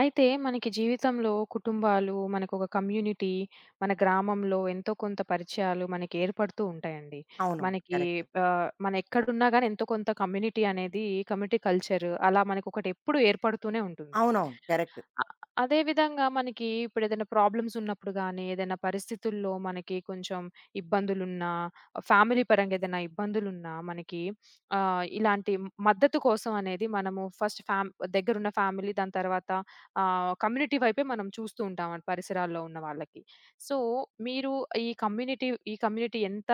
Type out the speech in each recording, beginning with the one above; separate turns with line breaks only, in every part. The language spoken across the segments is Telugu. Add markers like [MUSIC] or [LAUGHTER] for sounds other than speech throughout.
అయితే మనకి జీవితంలో కుటుంబాలు, మనకొక కమ్యూనిటీ, మన గ్రామంలో ఎంతో కొంత పరిచయాలు మనకి ఏర్పడుతూ ఉంటాయండి.
అవునవును.
మనకి
కరెక్ట్.
మనం ఎక్కడున్నా గాని ఎంతో కొంత కమ్యూనిటీ అనేది కమ్యూనిటీ కల్చర్ అలా మనకొకటి ఎప్పుడూ ఏర్పడుతూనే ఉంటుంది.
అవునవును. కరెక్ట్.
అ అదే విధంగా మనకి ఇప్పుడేదైనా ప్రాబ్లమ్స్ ఉన్నప్పుడు గాని, ఏదైనా పరిస్థితుల్లో మనకి కొంచెం ఇబ్బందులున్నా, ఫ్యామిలీ పరంగా ఏదైనా ఇబ్బందులున్నా మనకి ఇలాంటి మద్దతు కోసం అనేది మనము ఫస్ట్ ఫ్యామ్ దగ్గరున్న ఫ్యామిలీ దాని తర్వాత కమ్యూనిటీ వైపే మనం చూస్తూ ఉంటాం మన పరిసరాల్లో ఉన్న వాళ్ళకి. సో, మీరు ఈ కమ్యూనిటీ ఈ కమ్యూనిటీ ఎంత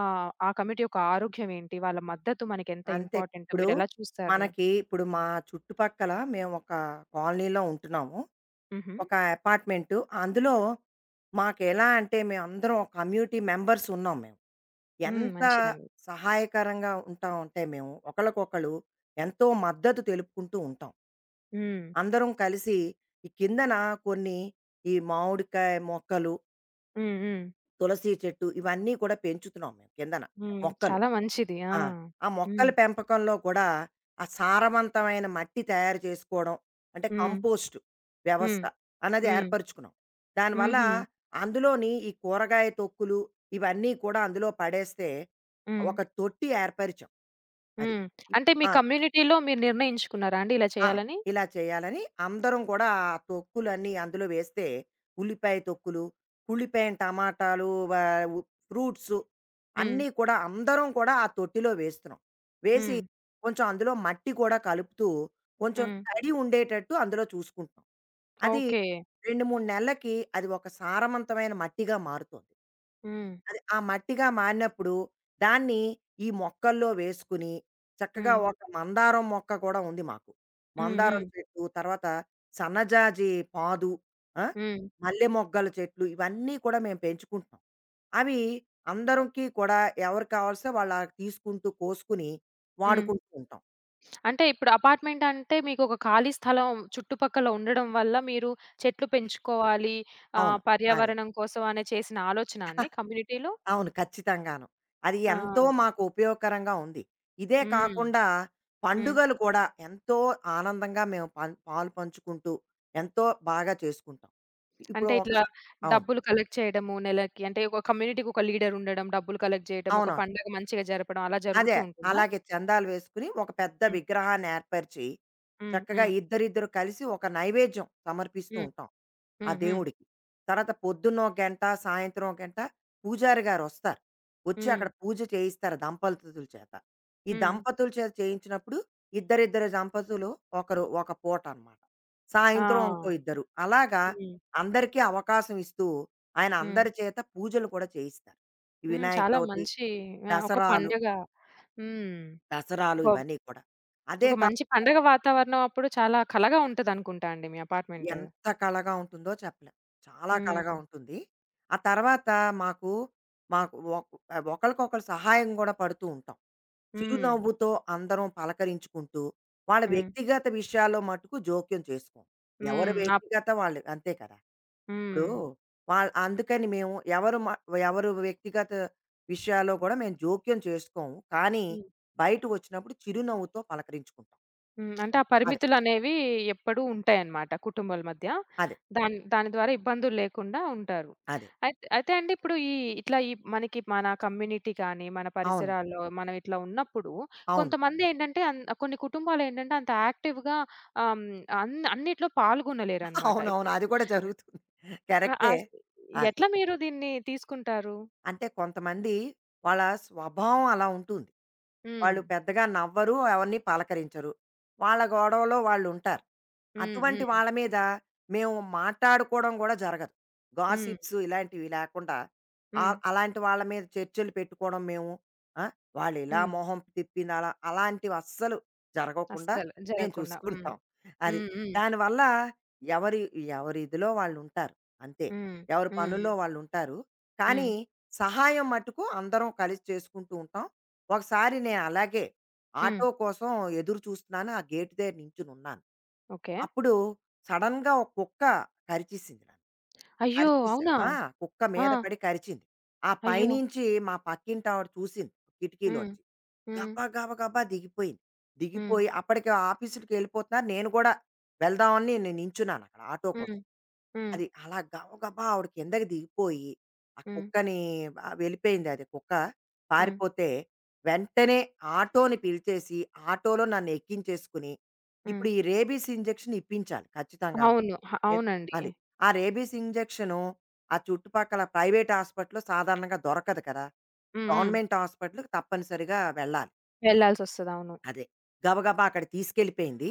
ఆ కమ్యూనిటీ యొక్క ఆరోగ్యం ఏంటి? వాళ్ళ మద్దతు మనకెంత
అంతే.
ఇంపార్టెంట్
ఇప్పుడు
మీరెలా చూస్తారు?
మనకి ఇప్పుడు మా చుట్టుపక్కల మేము ఒక కాలనీలో ఉంటున్నాము.
హుహు.
ఒక అపార్ట్‌మెంటు. అందులో మాకెలా అంటే మేమందరం ఒక కమ్యూనిటీ మెంబర్స్ ఉన్నాం మేము.
హ్మ్.
ఎంత
మంచిదండి.
సహాయకరంగా ఉంటాం అంటే మేము ఒకళ్ళకొకళ్ళు ఎంతో మద్దతు తెలుపుకుంటూ ఉంటాం.
హ్మ్.
అందరం కలిసి ఈ కిందన కొన్ని ఈ మామిడికాయ మొక్కలు,
హ్మ్. హ్మ్.
తులసి చెట్టు ఇవన్నీ కూడా పెంచుతున్నాం మేము కిందన
హ్మ్.
మొక్కలు.
చాలా మంచిది. ఆ!
ఆ! ఆ మొక్కల
హ్మ్.
పెంపకంలో కూడా ఆ సారవంతమైన మట్టి తయారు చేసుకోవడం. అంటే
హ్మ్.
కంపోస్టు
హ్మ్.
వ్యవస్థ అన్నది
హ్మ్.
ఏర్పరుచుకున్నాం. దానివల్ల
హుహు.
అందులోని ఈ కూరగాయ తొక్కులు ఇవన్నీ కూడా అందులో పడేస్తే
హ్మ్.
ఒక తొట్టి ఏర్పరిచాం. అది.
హ్మ్.
ఇప్
అంటే మీ
ఆ!
కమ్యూనిటీలో మీరు నిర్ణయించుకున్నారా అండి ఇలా
ఆ!
చేయాలని?
ఇలా చేయాలని అందరం కూడా ఆ తొక్కులన్నీ అందులో వేస్తే, ఉల్లిపాయ తొక్కులు, ఉల్లిపాయ, టమాటాలు, వా ఉ ఫ్రూట్సు
హ్మ్.
అన్నీ కూడా అందరం కూడా ఆ తొట్టిలో వేస్తున్నాం. వేసి
హ్మ్.
కొంచెం అందులో మట్టి కూడా కలుపుతూ, కొంచెం
హ్మ్.
తడి ఉండేటట్టు అందులో చూసుకుంటున్నాం. అది
ఓకే.
2, 3 నెలలకి అది ఒక సారవంతమైన మట్టిగా మారుతుంది.
హ్మ్.
అది ఆ మట్టిగా మారినప్పుడు దాన్ని ఈ మొక్కల్లో వేసుకుని, చక్కగా
హ్మ్.
ఒక మందారం మొక్క కూడా ఉంది మాకు.
హ్మ్.
మందారం
హ్మ్.
చెట్టు, తర్వాత సన్నజాజి పాదు, ఆ!
హ్మ్.
మల్లె మొగ్గల చెట్లు ఇవన్నీ కూడా మేము పెంచుకుంటున్నాం. అవి అందరికి కూడా ఎవరు కావాల్సితే వాళ్ళు అలా తీసుకుంటూ, కోసుకుని
హ్మ్.
వాడుకుంటూ ఉంటాం.
అంటే ఇప్పుడు అపార్ట్‌మెంట్ అంటే మీకొక ఖాళీ స్థలం చుట్టుపక్కల ఉండడం వల్ల మీరు చెట్లు పెంచుకోవాలి
అవును. అదే.
పర్యావరణం కోసం అనే చేసిన ఆలోచనా అండి కమ్యూనిటీలో?
అవును. ఖచ్చితంగాను. అది
ఆ!
ఎంతో మాకు ఉపయోగకరంగా ఉంది. ఇదే
హ్మ్.
కాకుండా
హ్మ్.
పండుగలు కూడా ఎంతో ఆనందంగా మేము పాలు పంచుకుంటూ ఎంతో బాగా చేసుకుంటాం. ఇప్పుడు
అంటే
ఒక
ఇట్లా
స అవును.
డబ్బులు కలెక్ట్ చేయడము నెలకి అంటే ఒక కమ్యూనిటీకి ఒక లీడర్ ఉండడం, డబ్బులు కలెక్ట్ చేయడం, ఒక
అవునవును.
పండగ మంచిగా జరపడం అలా
అదే.
జరుగుతూ ఉంటుందా?
అలాగే చందాలు వేసుకుని, ఒక పెద్ద
హ్మ్.
విగ్రహాన్ని ఏర్పరిచి,
హ్మ్.
చక్కగా
హ్మ్.
ఇద్దరిద్దరు కలిసి ఒక నైవేద్యం సమర్పిస్తూ
హ్మ్.
ఉంటాం, ఆ
హ్మ్. హ్మ్.
దేవుడికి. తర్వాత పొద్దున్న ఒక గంట, సాయంత్రం ఒక గంట పూజారి గారొస్తారు. వచ్చి
హ్మ్.
అక్కడ పూజ చేయిస్తారు దంపతుల చేత. ఈ
హ్మ్.
దంపతుల చేత చేయించినప్పుడు, ఇద్దరిద్దరు దంపతులు ఒకరు ఒక పూట అనమాట. సాయంత్రం ఇంకో
ఆ!
ఇద్దరు. అలాగా
హ్మ్.
అందరికీ అవకాశం ఇస్తూ, ఆయన
హ్మ్.
అందరి చేత పూజలు కూడా చేయిస్తారు. ఈ
హ్మ్.
వినాయక
చాలా
చవితి,
మంచి ఆ! ఒక
దసరాలు
పండగ. హ్మ్.
దసరాలు
ఒక
ఇవన్నీ కూడా. అదే
ఒక మంచి
కాకుండా
పండగ వాతావరణం అప్పుడు చాలా కళగా ఉంటదనుకుంటా అండి మీ అపార్ట్‌మెంట్.
ఎంత కళగా ఉంటుందో చెప్పలేం. చాలా కళగా
హ్మ్.
ఉంటుంది. ఆ తర్వాత మాకు, మాకు ఒక్ ఒకళ్ళకొకళ్ళు సహాయం గూడా పడుతూ ఉంటాం.
హ్మ్.
చిరునవ్వుతో అందరం పలకరించుకుంటూ, వాళ్ళ
హ్మ్.
వ్యక్తిగత విషయాల్లో మటుకు జోక్యం చేసుకోం. ఎవరి
హ్మ్.
వ్యక్తిగత వాళ్ళు అంతే కదా! ఇప్పుడు
హ్మ్.
వాళ్ అందుకని మేము ఎవరు వ్యక్తిగత విషయాల్లో గూడా మేము జోక్యం చేసుకోము. కానీ
హ్మ్.
బయటకొచ్చినప్పుడు చిరునవ్వుతో పలకరించుకుంటాం.
హ్మ్. అంటే ఆ
అదే.
పరిమితులనేవి ఎప్పుడూ ఉంటాయన్నమాట కుటుంబాల మధ్య.
అదే.
దాని దాని ద్వారా ఇబ్బందులు లేకుండా ఉంటారు.
అదే.
అయితే అండి ఇప్పుడు ఇట్లా ఈ మనకి మన కమ్యూనిటీ కానీ, మన
అవును.
పరిసరాల్లో మనం ఇట్లా ఉన్నప్పుడు
అవును.
కొంతమందేంటంటే కొన్ని కుటుంబాలేంటంటే అంత యాక్టివ్‌గా ఆహ్, హ్మ్, అన్నిట్లో
[LAUGHS]
పాల్గొనలేరన్నమాట.
అవునవును.
ఇప్పుడు
అది కూడా జరుగుతుంది.
ఆ!
కరెక్టే. అది.
ఎట్లా మీరు దీన్ని తీసుకుంటారు?
అంటే కొంతమంది వాళ్ళ స్వభావం అలా ఉంటుంది.
హ్మ్.
వాళ్ళు పెద్దగా నవ్వరు, ఎవరిని పలకరించరు. వాళ్ళ గొడవలో వాళ్ళుంటారు.
హ్మ్.
అటువంటి
హ్మ్.
వాళ్ళ మీద మేము మాట్లాడుకోవడం గూడా జరగదు.
హ్మ్.
గాసిప్స్ ఇలాంటివి లేకుండా
హ్మ్.
అలాంటి వాళ్ళ మీద చర్చలు పెట్టుకోవడం మేము. ఆ! వాళ్ళిలా
హ్మ్.
మొహం తిప్పింది అలా అలాంటివి అస్సలు జరగకుండా
అస్సలు
మేము
జరగకుండా. హ్మ్.
చూసుకుంటాం. అది.
హ్మ్. హ్మ్.
దానివల్ల ఎవరి ఎవరి ఇదిలో వాళ్ళుంటారు అంతే.
హ్మ్.
ఎవరి
హ్మ్.
పనుల్లో వాళ్ళుంటారు.
హ్మ్.
కానీ సహాయం మట్టుకు అందరం కలిసి చేసుకుంటూ ఉంటాం. ఒకసారి నేను అలాగే
హ్మ్.
ఆటో కోసం ఎదురు చూస్తున్నాను. ఆ గేట్ దగ్గర నించొని ఉన్నాను.
ఓకే.
అప్పుడు సడెన్‌గా ఒక కుక్క కరిచేసింది నన్ను.
అయ్యో! అవునా?
ఆ! కుక్క
ఆ!
మీద పడి కరిచింది. ఆ
అయ్యో!
పైనుంచి మా పక్కింటావిడ చూసింది
హ్మ్.
కిటికీలోంచి.
హ్మ్.
గబా గబా గబా దిగిపోయింది.
హ్మ్.
దిగిపోయి అప్పటికి ఆఫీసులకెళ్ళిపోతున్నారు. నేను కూడా వెళ్దామని నేను నించున్నాను అక్కడ ఆటో కోసం.
హ్మ్. హ్మ్.
అది అలా గబగబా ఆవిడ కిందకి దిగిపోయి, ఆ
హ్మ్.
కుక్కని వెళ్ళిపోయింది అది కుక్క.
హ్మ్.
పారిపోతే వెంటనే ఆటోని పిలిచేసి, ఆటోలో నన్నెక్కించేసుకుని,
హ్మ్.
ఇప్పుడు ఈ రేబీస్ ఇంజెక్షన్ ఇప్పించాలి ఖచ్చితంగాను.
అవును.
ఎన్
అవునండి.
అది. ఆ రేబీస్ ఇంజెక్షను ఆ చుట్టుపక్కల ప్రైవేట్ హాస్పిటల్‌లో సాధారణంగా దొరకదు కదా!
హ్మ్. హ్మ్.
గవర్నమెంట్ హాస్పిటల్‌కి తప్పనిసరిగా వెళ్ళాలి.
వెళ్ళాల్సొస్తది. అవును.
అదే. గబగబా అక్కడికి తీసుకెళ్ళిపోయింది.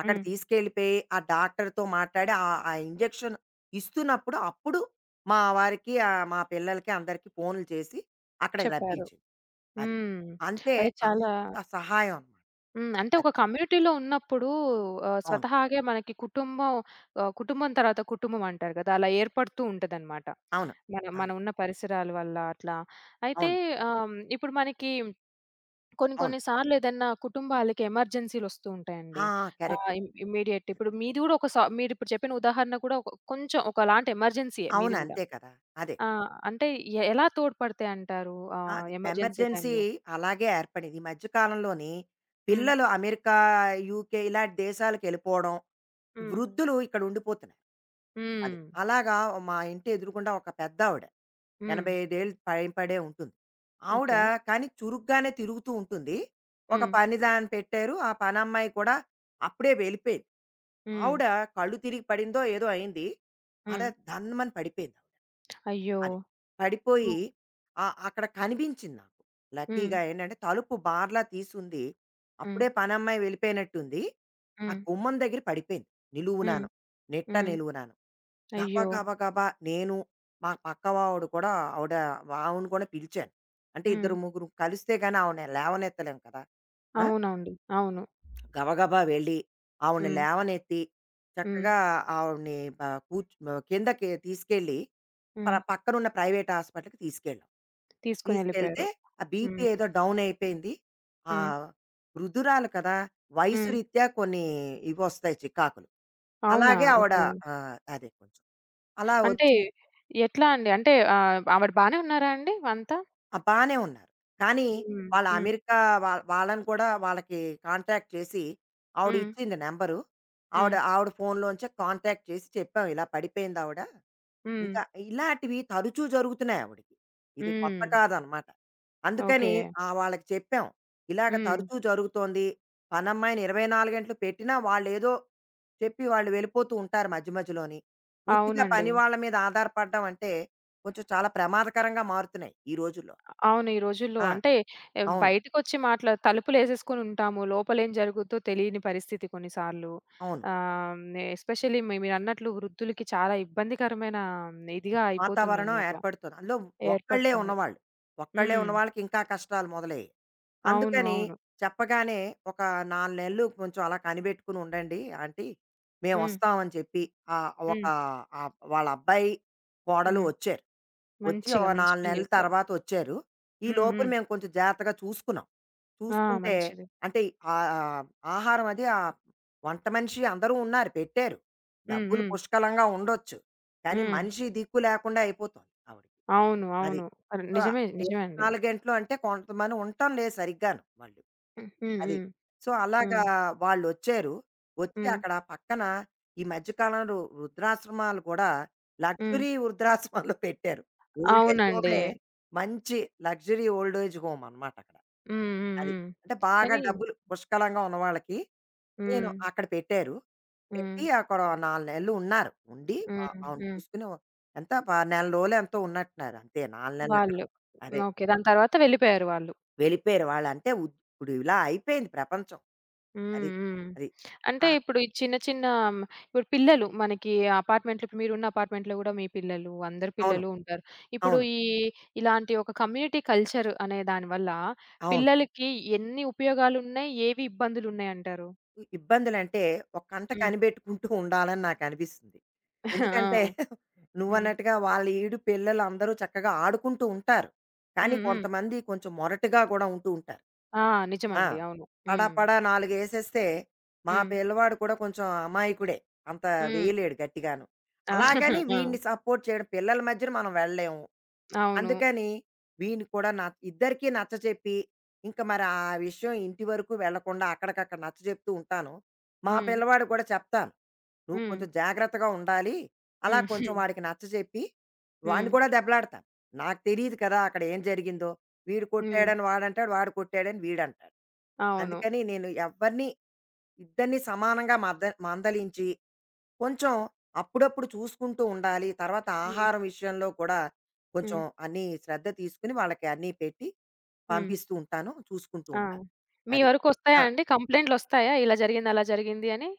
అక్కడ
హ్మ్.
తీసుకెళ్ళిపోయి, ఆ డాక్టర్‌తో మాట్లాడి ఆ ఆ ఇంజెక్షన్ ఇస్తున్నప్పుడు, అప్పుడు మా వారికి మా పిల్లలకి అందరికీ ఫోన్‌లు చేసి అక్కడికి
చెప్పారు.
రప్పించింది. అది.
హ్మ్.
అంతే
అది చాలా
అంత సహాయం అనమాట.
హ్మ్. అంటే
అది.
ఒక కమ్యూనిటీలో ఉన్నప్పుడు
అవును.
స్వతహాగే మనకి కుటుంబం కుటుంబం తర్వాత కుటుంబం అంటారు గదా! అలా ఏర్పడుతూ ఉంటదనమాట.
అవును. ఆ!
మనం ఉన్న పరిసరాల వల్ల అట్లా. అయితే
అవును.
ఇప్పుడు మనకి కొన్ని
అవును.
కొన్ని సార్లు ఏదన్నా కుటుంబాలకి ఎమర్జెన్సీలొస్తూ ఉంటాయండి.
ఆ! కరెక్ట్.
ఇమ్మీడియేట్ ఇప్పుడు మీది గూడా ఒక సా మీరిప్పుడు చెప్పిన ఉదాహరణ కూడా ఒక కొంచెం ఒకలాంటి ఎమర్జెన్సీయే
అవును.
మీది గూడా.
అంతే కదా! అదే.
ఆ! అంటే ఎలా తోడ్పడతాయంటారు
అది.
ఎమర్జెన్సీ
ఎమర్జెన్సీ
టైంలో?
అలాగే ఏర్పడింది. ఈ మధ్య కాలంలోని
హ్మ్.
పిల్లలు అమెరికా, యూకే ఇలాంటి దేశాలకెళ్ళిపోవడం,
హ్మ్.
వృద్ధులు ఇక్కడ ఉండిపోతున్నారు.
హ్మ్.
అది. అలాగా మా ఇంటి ఎదురుగుండా ఒక పెద్దావిడ
హ్మ్.
85 ఏళ్ళు పైబడే ఉంటుంది. ఆవిడ
ఓకే.
కానీ చురుగ్గానే తిరుగుతూ ఉంటుంది. ఒక
హ్మ్.
పని దాన్ని పెట్టారు. ఆ పనమ్మాయి కూడా అప్పుడే వెళ్ళిపోయింది.
హ్మ్.
ఆవిడ కళ్ళు తిరిగి పడిందో ఏదో అయింది. అలా
హ్మ్.
ధన్మని పడిపోయింది ఆవిడ.
అయ్యో!
అది. పడిపోయి
హ్మ్.
అక్కడ కనిపించింది నాకు.
హ్మ్.
లక్కీగా ఏంటంటే తలుపు బార్లా తీసుంది.
హ్మ్.
అప్పుడే పనమ్మాయి వెళ్ళిపోయినట్టుంది. ఆ
హ్మ్.
గుమ్మం దగ్గర పడిపోయింది
హ్మ్.
నిలువునాను. నిట్ట
హ్మ్.
నిలువునాను. గబా
అయ్యో!
గబా గబా నేను మా పక్కవావిడ కూడా ఆవిడ ఆవిడని కూడా పిలిచాను. అంటే
హ్మ్.
ఇద్దరు ముగ్గురు కలిస్తే గాని ఆవిడని లేవనెత్తలేం కదా! ఆ!
అవునండి. అవును.
గబగబా వెళ్ళి ఆవిడని
హ్మ్.
లేవనెత్తి
హ్మ్.
చక్కగా ఆవిడని కిందకి తీసుకెళ్ళి
హ్మ్.
పక్కనున్న ప్రైవేట్ హాస్పిటల్కి తీసుకెళ్ళాం
తీసుకొని
తీసుకెళ్తే
ఎళ్ళిపోయారు.
ఆ బీపీ
హ్మ్.
ఏదో డౌన్ అయిపోయింది ఆ
హ్మ్.
వృద్ధురాలు కదా వయసు
హ్మ్.
రీత్యా కొన్ని ఇవి వస్తాయి చికాకులు
అవునా?
అలాగే ఆవిడ
ఓకే.
ఆ, అదే కొంచెం అలా
అంటే
వచ్చింది.
ఎట్లా అండి? అంటే ఆవిడ బానే ఉన్నారా అండి అంతా?
ఆ! బానే ఉన్నారు. కానీ
హ్మ్.
వాళ్ళ
హ్మ్.
అమెరికా వాళ్ళని కూడా వాళ్ళకి కాంటాక్ట్ చేసి ఆవిడ
హ్మ్.
ఇచ్చింది నంబరు. ఆవిడ
హ్మ్.
ఆవిడ ఫోన్‌లోంచే కాంటాక్ట్ చేసి చెప్పాం ఇలా పడిపోయిందావిడ.
హ్మ్.
ఇంకా ఇలాంటివి తరచూ జరుగుతున్నాయి ఆవిడకి. ఇది కొత్త
హ్మ్.
కాదనమాట. అందుకని
ఓకే.
వాళ్ళకి చెప్పాం. ఇలాగ
హ్మ్.
తరచూ జరుగుతోంది. పనమ్మాయిని 24 గంటలు పెట్టినా వాళ్ళేదో చెప్పి వాళ్ళు వెళ్ళిపోతూ ఉంటారు మధ్య మధ్యలోని. పూర్తిగా
అవునండి.
పని వాళ్ళ మీద ఆధారపడడం అంటే కొంచెం చాలా ప్రమాదకరంగా మారుతున్నాయి ఈ రోజుల్లో.
అవును. ఈ రోజుల్లో
ఆ!
అంటే
అవును.
బయటకొచ్చి మాట్లా తలుపులేసేసుకొని ఉంటాము. లోపలేం జరుగుద్దో తెలియని పరిస్థితి కొన్నిసార్లు.
అవును.
ఆహ్, ఎస్పెషల్లీ మీరన్నట్లు వృద్ధులకి చాలా ఇబ్బందికరమైన ఇదిగా
వాతావరణం
అయిపోతుందన్నమాట.
ఏర్పడుతుంది. అందులో ఒక్కళ్ళే
ఏర్పడుతుంది.
ఉన్నవాళ్ళు. ఒక్కళ్ళే
హ్మ్.
ఉన్నవాళ్ళకి ఇంకా కష్టాలు మొదలయ్యాయి.
అవును.
అందుకని
అవును.
చెప్పగానే ఒక 4 నెలలు కొంచెం అలా కనిపెట్టుకొని ఉండండి ఆంటీ.
హ్మ్.
మేమొస్తామని చెప్పి ఆహ్, ఒక
హ్మ్.
వాళ్ళ అబ్బాయి, కోడలు
హ్మ్.
వచ్చారు. వచ్చి ఓ
మంచిగా మంచి
4
పని
నెలల
జేశారు.
తర్వాతొచ్చారు. ఈ
హ్మ్.
లోపున
హ్మ్.
మేము కొంచెం జాగ్రత్తగా చూసుకున్నాం.
ఆ!
చూసుకుంటే
మంచిది.
అంటే ఆహ్, ఆహారం వంట మనిషి అందరూ ఉన్నారు పెట్టారు.
హ్మ్.
డబ్బులు
హ్మ్.
పుష్కలంగా ఉండొచ్చు. కానీ
హ్మ్.
మనిషి దిక్కు లేకుండా అయిపోతుంది ఆవిడకి.
అవును.
అది.
అవును.
సో,
నిజమే. నిజమే అండి.
24 గంటలు అంటే కొంతమంది ఉండటం లేదు సరిగ్గాను వాళ్ళు.
హ్మ్. హ్మ్.
అది.
హ్మ్.
సో, అలాగా
హ్మ్.
వాళ్ళొచ్చారు. వచ్చి
హ్మ్.
అక్కడ పక్కన ఈ మధ్య కాలంలో వృద్ధాశ్రమాలు కూడా
హ్మ్.
లగ్జరీ వృద్ధాశ్రమాలు పెట్టారు. ఓల్డ్ ఏజ్
అవునండి.
హోమే మంచి లగ్జరీ ఓల్డ్ ఏజ్ హోమ్ అనమాట అక్కడ.
హ్మ్. హ్మ్.
అది.
హ్మ్.
అంటే బాగా
కానీ
డబ్బులు పుష్కలంగా ఉన్నవాళ్ళకి నేను
హ్మ్.
అక్కడ పెట్టారు.
హ్మ్.
పెట్టి అక్కడ 4 నెలలు ఉన్నారు. ఉండి
హ్మ్.
అవును.
హ్మ్.
చూసుకుని ఓ- ఎంత ప నెల రోజులో ఎంతో ఉన్నట్టున్నారు. అంతే 4 నెలలు అక్కడ.
వాళ్ళు.
అదే.
ఓకే. దాని తర్వాత వెళ్ళిపోయారు వాళ్ళు.
వెళ్ళిపోయారు వాళ్ళు. అంటే ఇప్పుడు ఇలా అయిపోయింది ప్రపంచం. అది.
హ్మ్. హ్మ్.
అది. ఆ!
అంటే ఇప్పుడు ఈ చిన్న చిన్న ఇప్పుడు పిల్లలు మనకి అపార్ట్మెంట్‌లో ఇప్పుడు మీరున్న అపార్ట్మెంట్‌లో గూడా మీ పిల్లలు, అందరి
అవును.
పిల్లలు ఉంటారు. ఇప్పుడు
అవును.
ఈ ఇలాంటి ఒక కమ్యూనిటీ కల్చర్ అనే దాని వల్ల
అవును.
పిల్లలకి ఎన్ని ఉపయోగాలున్నాయి? ఏవి ఇబ్బందులున్నాయంటారు?
ఇబ్బందులంటే, ఒక కంట
హ్మ్.
కనిపెట్టుకుంటూ ఉండాలని నాకనిపిస్తుంది.
[LAUGHS]
ఎందుకంటే,
ఆ!
[LAUGHS]
హ్మ్.
నువ్వన్నట్టుగా వాళ్ళ ఈడు పిల్లలందరూ చక్కగా ఆడుకుంటూ ఉంటారు. కానీ
హ్మ్. హ్మ్.
కొంతమంది కొంచెం మొరటుగా కూడా ఉంటూ ఉంటారు.
ఆ!
ఆ!
నిజమండి. అవును. హ్మ్.
పడాపడా నాలుగేసేస్తే, మా
హ్మ్.
పిల్లవాడు కూడా కొంచెం అమాయకుడే. అంత
హ్మ్.
వేయలేడు గట్టిగాను.
ఆ!
అలాగని
[LAUGHS] ఆ!
వీడిని సపోర్ట్ చేయడం పిల్లల మధ్యన మనం వెళ్ళలేము.
అవును.
అందుకని వీడిని కూడా న ఇద్దరికీ నచ్చచెప్పి ఇంక మరి ఆ విషయం ఇంటి వరకు వెళ్ళకుండా అక్కడికక్కడ నచ్చ చెప్తూ ఉంటాను. మా
హ్మ్.
పిల్లవాడు కూడా చెప్తాను. "నువ్వు
హ్మ్.
కొంచెం జాగ్రత్తగా ఉండాలి." అలా
హ్మ్.
కొంచెం
హ్మ్.
వాడికి నచ్చజెప్పి,
హ్మ్.
వాడిని కూడా దెబ్బలాడతాను. నాకు తెలీదు కదా! అక్కడ ఏం జరిగిందో. వీడు
హ్మ్.
కొట్టాడని వాడంటాడు, వాడు కొట్టాడని వీడంటాడు.
అవును.
అందుకని నేను ఎవ్వరిని ఇద్దరిని సమానంగా మందలించి కొంచెం అప్పుడప్పుడు చూసుకుంటూ ఉండాలి. తర్వాత
హ్మ్.
ఆహారం విషయంలో కూడా కొంచెం
హ్మ్.
అన్నీ శ్రద్ధ తీసుకొని వాళ్ళకి అన్నీ పెట్టి
హ్మ్.
పంపిస్తూ ఉంటాను. చూసుకుంటూ
ఆ!
ఉంటాను.
మీ
అది.
వరకొస్తాయా
ఆ!
అండి? కంప్లెయింట్‌లొస్తాయా? ఇలా జరిగింది, అలా జరిగింది అని?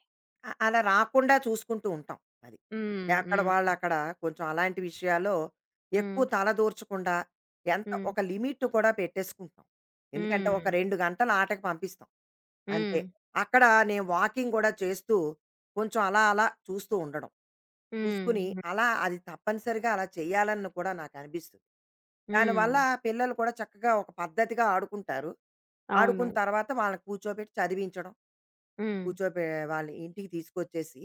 అలా రాకుండా చూసుకుంటూ ఉంటాం. అది.
హ్మ్.
ఎక్కడ
హ్మ్.
వాళ్ళక్కడ కొంచెం అలాంటి విషయాల్లో
హ్మ్.
ఎక్కువ తలదూర్చకుండా ఎంత
హ్మ్.
ఒక లిమిట్ కూడా పెట్టేసుకుంటాం. ఎందుకంటే ఒక
హ్మ్.
2 గంటలు ఆటకి పంపిస్తాం. అంతే.
హ్మ్.
అక్కడ నేను వాకింగ్ గూడా చేస్తూ, కొంచెం అలా అలా చూస్తూ ఉండడం. చూసుకుని
హ్మ్.
అలా అది తప్పనిసరిగా అలా చేయాలని కూడా నాకనిపిస్తుంది. దానివల్ల
హ్మ్.
పిల్లలు కూడా చక్కగా ఒక పద్ధతిగా ఆడుకుంటారు.
అవును.
ఆడుకున్న తర్వాత వాళ్ళని కూర్చోబెట్టి చదివించడం.
హ్మ్.
కూర్చోబె వాళ్ళ ఇంటికి తీసుకొచ్చేసి,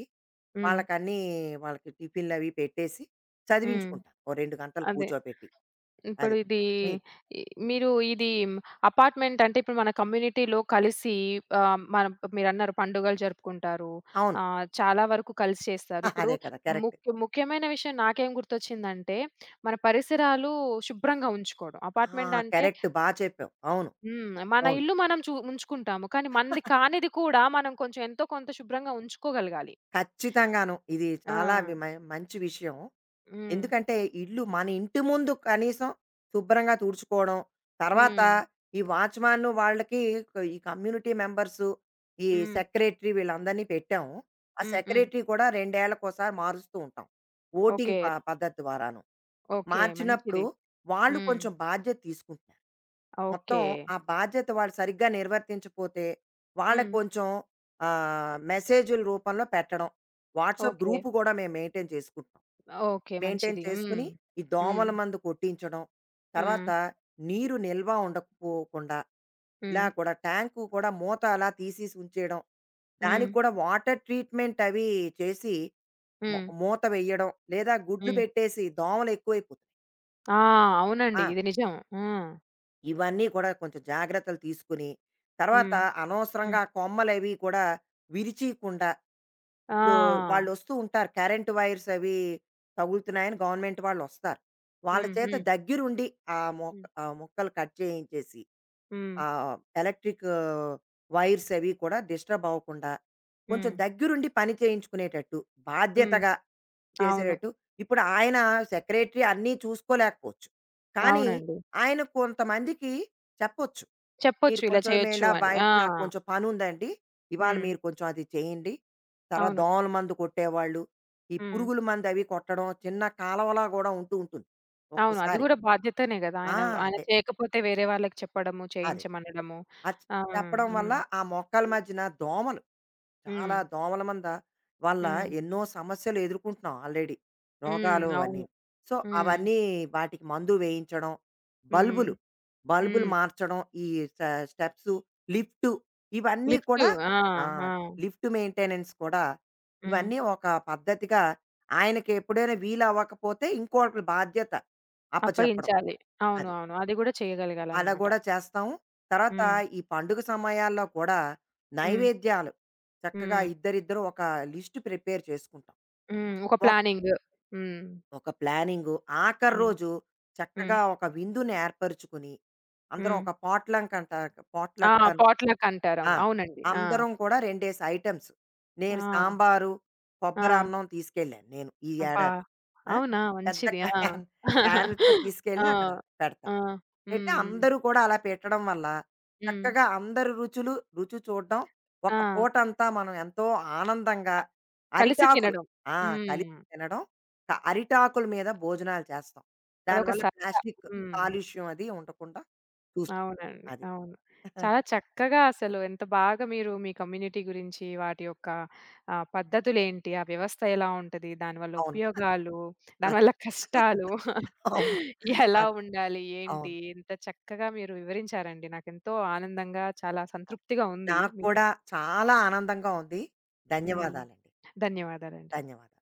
హ్మ్.
వాళ్ళకన్నీ వాళ్ళకి టిఫిన్‌లవి పెట్టేసి
హ్మ్.
చదివించుకుంటాను. ఓ 2 గంటలు
అదే.
కూర్చోబెట్టి.
ఇప్పుడు
అది.
ఇది
హ్మ్.
ఇ మీరు ఇది అపార్ట్‌మెంట్ అంటే ఇప్పుడు మన కమ్యూనిటీలో కలిసి మన మీరన్నారు పండుగలు జరుపుకుంటారు.
అవును.
చాలా వరకు కలిసి చేస్తారు.
[LAUGHS]
ఇప్పుడు
అదే కదా! కరెక్ట్.
ముఖ్యమైన విషయం నాకేం గుర్తొచ్చిందంటే, మన పరిసరాలు శుభ్రంగా ఉంచుకోవడం.
ఆ!
అపార్ట్‌మెంట్ అంటే
కరెక్ట్. బా చెప్పావు. అవును.
హ్మ్. మన
అవును.
ఇల్లు మనం ఉంచుకుంటాము. కానీ మనది కానిది కూడా మనం కొంచెం ఎంతో కొంత శుభ్రంగా ఉంచుకోగలగాలి.
ఖచ్చితంగాను. ఇది చాలా
ఆ!
వి మ మంచి విషయం.
హ్మ్.
ఎందుకంటే మన ఇంటి ముందు కనీసం శుభ్రంగా తుడుచుకోవడం, తర్వాత
హ్మ్.
ఈ వాచ్‌మ్యాన్‌ను వాళ్ళకి ఈ కమ్యూనిటీ మెంబర్సు, ఈ
హ్మ్.
సెక్రటరీ వీళ్ళందరినీ పెట్టాము. ఆ
హ్మ్. హ్మ్.
సెక్రటరీ కూడా 2 ఏళ్లకోసారి మారుస్తూ ఉంటాం.
ఓకే.
ఓటింగ్ పద్ధతి ద్వారాను.
ఓకే.
మార్చినప్పుడు
మంచిది.
వాళ్ళు
హ్మ్.
కొంచెం బాధ్యత తీసుకుంటున్నారు. మొత్తం
ఓకే.
ఆ బాధ్యత వాళ్ళు సరిగ్గా నిర్వర్తించపోతే వాళ్ళకి
హ్మ్.
కొంచెం మెసేజుల రూపంలో పెట్టడం. WhatsApp
okay.
గ్రూప్ కూడా మేము మెయింటైన్ చేసుకుంటున్నాం.
ఓకే.
మెయింటైన్
మంచిది. హ్మ్.
చేసుకుని, ఈ
హ్మ్.
దోమల మందు కొట్టించడం, తర్వాత
హ్మ్.
నీరు నిల్వ ఉండకపోకుండా ఇలా
హ్మ్.
కూడా ట్యాంకు కూడా మూత అలా తీసేసి ఉంచేయడం.
హ్మ్.
దానికి కూడా వాటర్ ట్రీట్మెంట్ అవి చేసి
హ్మ్.
మూత వేయడం, లేదా గుడ్లు
హ్మ్.
పెట్టేసి దోమలు ఎక్కువైపోతున్నాయి.
ఆ!
ఆ!
అవునండి. ఇది నిజం. ఆ!
ఇవన్నీ కూడా కొంచెం జాగ్రత్తలు తీసుకుని, తర్వాత
హ్మ్. హ్మ్.
అనవసరంగా కొమ్మలవి కూడా విరిచీయకుండా ఇప్పుడు
ఆ!
వాళ్ళొస్తూ ఉంటారు. కరెంట్ వైర్స్ అవి తగులుతున్నాయని గవర్నమెంట్ వాళ్ళొస్తారు. వాళ్ళ
హ్మ్.
చేత
హ్మ్.
దగ్గరుండి
హ్మ్.
ఆ మొక్కలు కట్ చేయించేసి,
హ్మ్.
ఎలక్ట్రిక్ వైర్స్ అవి కూడా డిస్టర్బ్ అవ్వకుండా, కొంచెం
హ్మ్.
దగ్గరుండి పని చేయించుకునేటట్టు,
హ్మ్.
బాధ్యతగా
అవును.
చేసేటట్టు ఇప్పుడు ఆయన సెక్రటరీ అన్నీ చూసుకోలేకపోవచ్చు. కానీ
అవునండి.
ఆయన కొంతమందికి చెప్పొచ్చు. మీరు
చెప్పొచ్చు ఇలా
కొంచెం మేము
చేయొచ్చు
ఇలా
అని.
బయట
ఆ!
నాకు కొంచెం పనుందండి. ఇవాళ
హ్మ్.
మీరు కొంచెం అది చేయండి. తర్వాత
అవును.
దోమల మందు కొట్టేవాళ్ళు, ఈ
హ్మ్.
పురుగుల మందు అవి కొట్టడం, చిన్న కాలవలా గూడా ఉంటూ ఉంటుంది.
అవును. అది
ఒక్కోసారి.
గూడా బాధ్యతనే గదా!
ఆ!
ఆయన ఆయన
అదే.
చేయకపోతే వేరే వాళ్ళకి చెప్పడము,
అదే.
చేయించమనడము.
అది
ఆ! హ్మ్.
చెప్పడం వల్ల
హ్మ్.
ఆ మొక్కల మధ్యన దోమలు
హ్మ్.
చాలా దోమల మంద వల్ల
హ్మ్.
ఎన్నో సమస్యలు ఎదుర్కొంటున్నాం ఆల్రెడీ.
హ్మ్.
రోగాలు
అవును.
అవన్నీను. సో,
హ్మ్.
అవన్నీ వాటికి మందు వేయించడం,
హ్మ్.
బల్బులు, బల్బులు
హ్మ్.
మార్చడం, ఈ స స్టెప్సు, లిఫ్టు ఇవన్నీ
లిఫ్ట్.
కూడా
ఆ!
ఆ!
ఆ!
లిఫ్ట్ మెయింటెనెన్స్ కూడా
హ్మ్.
ఇవన్నీ ఒక పద్ధతిగా ఆయనకి ఎప్పుడైనా వీలవ్వకపోతే ఇంకోకరి బాధ్యత అప్పచెప్పడం.
అప్పగించాలి. అవును.
అది.
అవును. అది గూడా
అలా
చేయగలగాలనమాట.
గూడా చేస్తాం. తర్వాత
హ్మ్.
ఈ పండుగ సమయాల్లో కూడా
హ్మ్.
నైవేద్యాలు చక్కగా
హ్మ్.
ఇద్దరిద్దరం ఒక లిస్ట్ ప్రిపేర్ చేసుకుంటాం.
హ్మ్. ఒక
ఒక
ప్లానింగ్. హ్మ్.
ఒక ప్లానింగు. ఆఖరి
హ్మ్.
రోజు
హ్మ్.
చక్కగా ఒక విందుని ఏర్పరుచుకుని, అందరం
హ్మ్.
ఒక పాట్‌లంక్ అంటారు.
ఆ!
పాట్‌లక్ అని
పాట్‌లక్ అంటారు.
ఆ!
అవును. అవునండి. ఆ!
అందరం కూడా 2 ఐటెమ్స్. నేను
ఆ!
సాంబారు,
ఆ!
కొబ్బరన్నం తీసుకెళ్ళాను నేను ఈ
అబ్బా!
ఏడాది. ఆ!
అవునా?
పెద్ద
మంచిది. ఆ!
క్యాన్ క్యాన్‌తో
ఆ!
తీసుకెళ్ళి అక్కడ
ఆ!
పెడతాను. పెట్టి
హ్మ్.
అందరూ కూడా అలా పెట్టడం వల్ల
హ్మ్.
చక్కగా అందరి రుచులు రుచి చూడడం ఒక
ఆ!
పూటంతా మనం ఎంతో ఆనందంగా
కలిసి
అరిటాకులు
తినడం.
ఆ కలిసి
హ్మ్.
తినడం అరిటాకుల మీద భోజనాలు చేస్తాం
అదొక
దానివల్ల
సరదా.
ప్లాస్టిక్
హ్మ్.
కాలుష్యం అది ఉండకుండా చూస్తాం
అవునండి.
అది
అవును.
[LAUGHS]
చాలా చక్కగా అసలు ఎంత బాగా మీరు మీ కమ్యూనిటీ గురించి, వాటి యొక్క పద్ధతులేంటి, ఆ వ్యవస్థ ఎలా ఉంటది, దానివల్ల
అవును
ఉపయోగాలు,
అది.
దానివల్ల కష్టాలు [LAUGHS]
అవును
ఎలా
అది.
ఉండాలి,
అవును
ఏంటి, ఎంత చక్కగా మీరు వివరించారండి. నాకెంతో ఆనందంగా, చాలా
అది.
సంతృప్తిగా ఉంది.
నాకు
మీరు
కూడా చాలా ఆనందంగా ఉంది
హ్మ్.
ధన్యవాదాలండి
ధన్యవాదాలండి.
ధన్యవాదాలు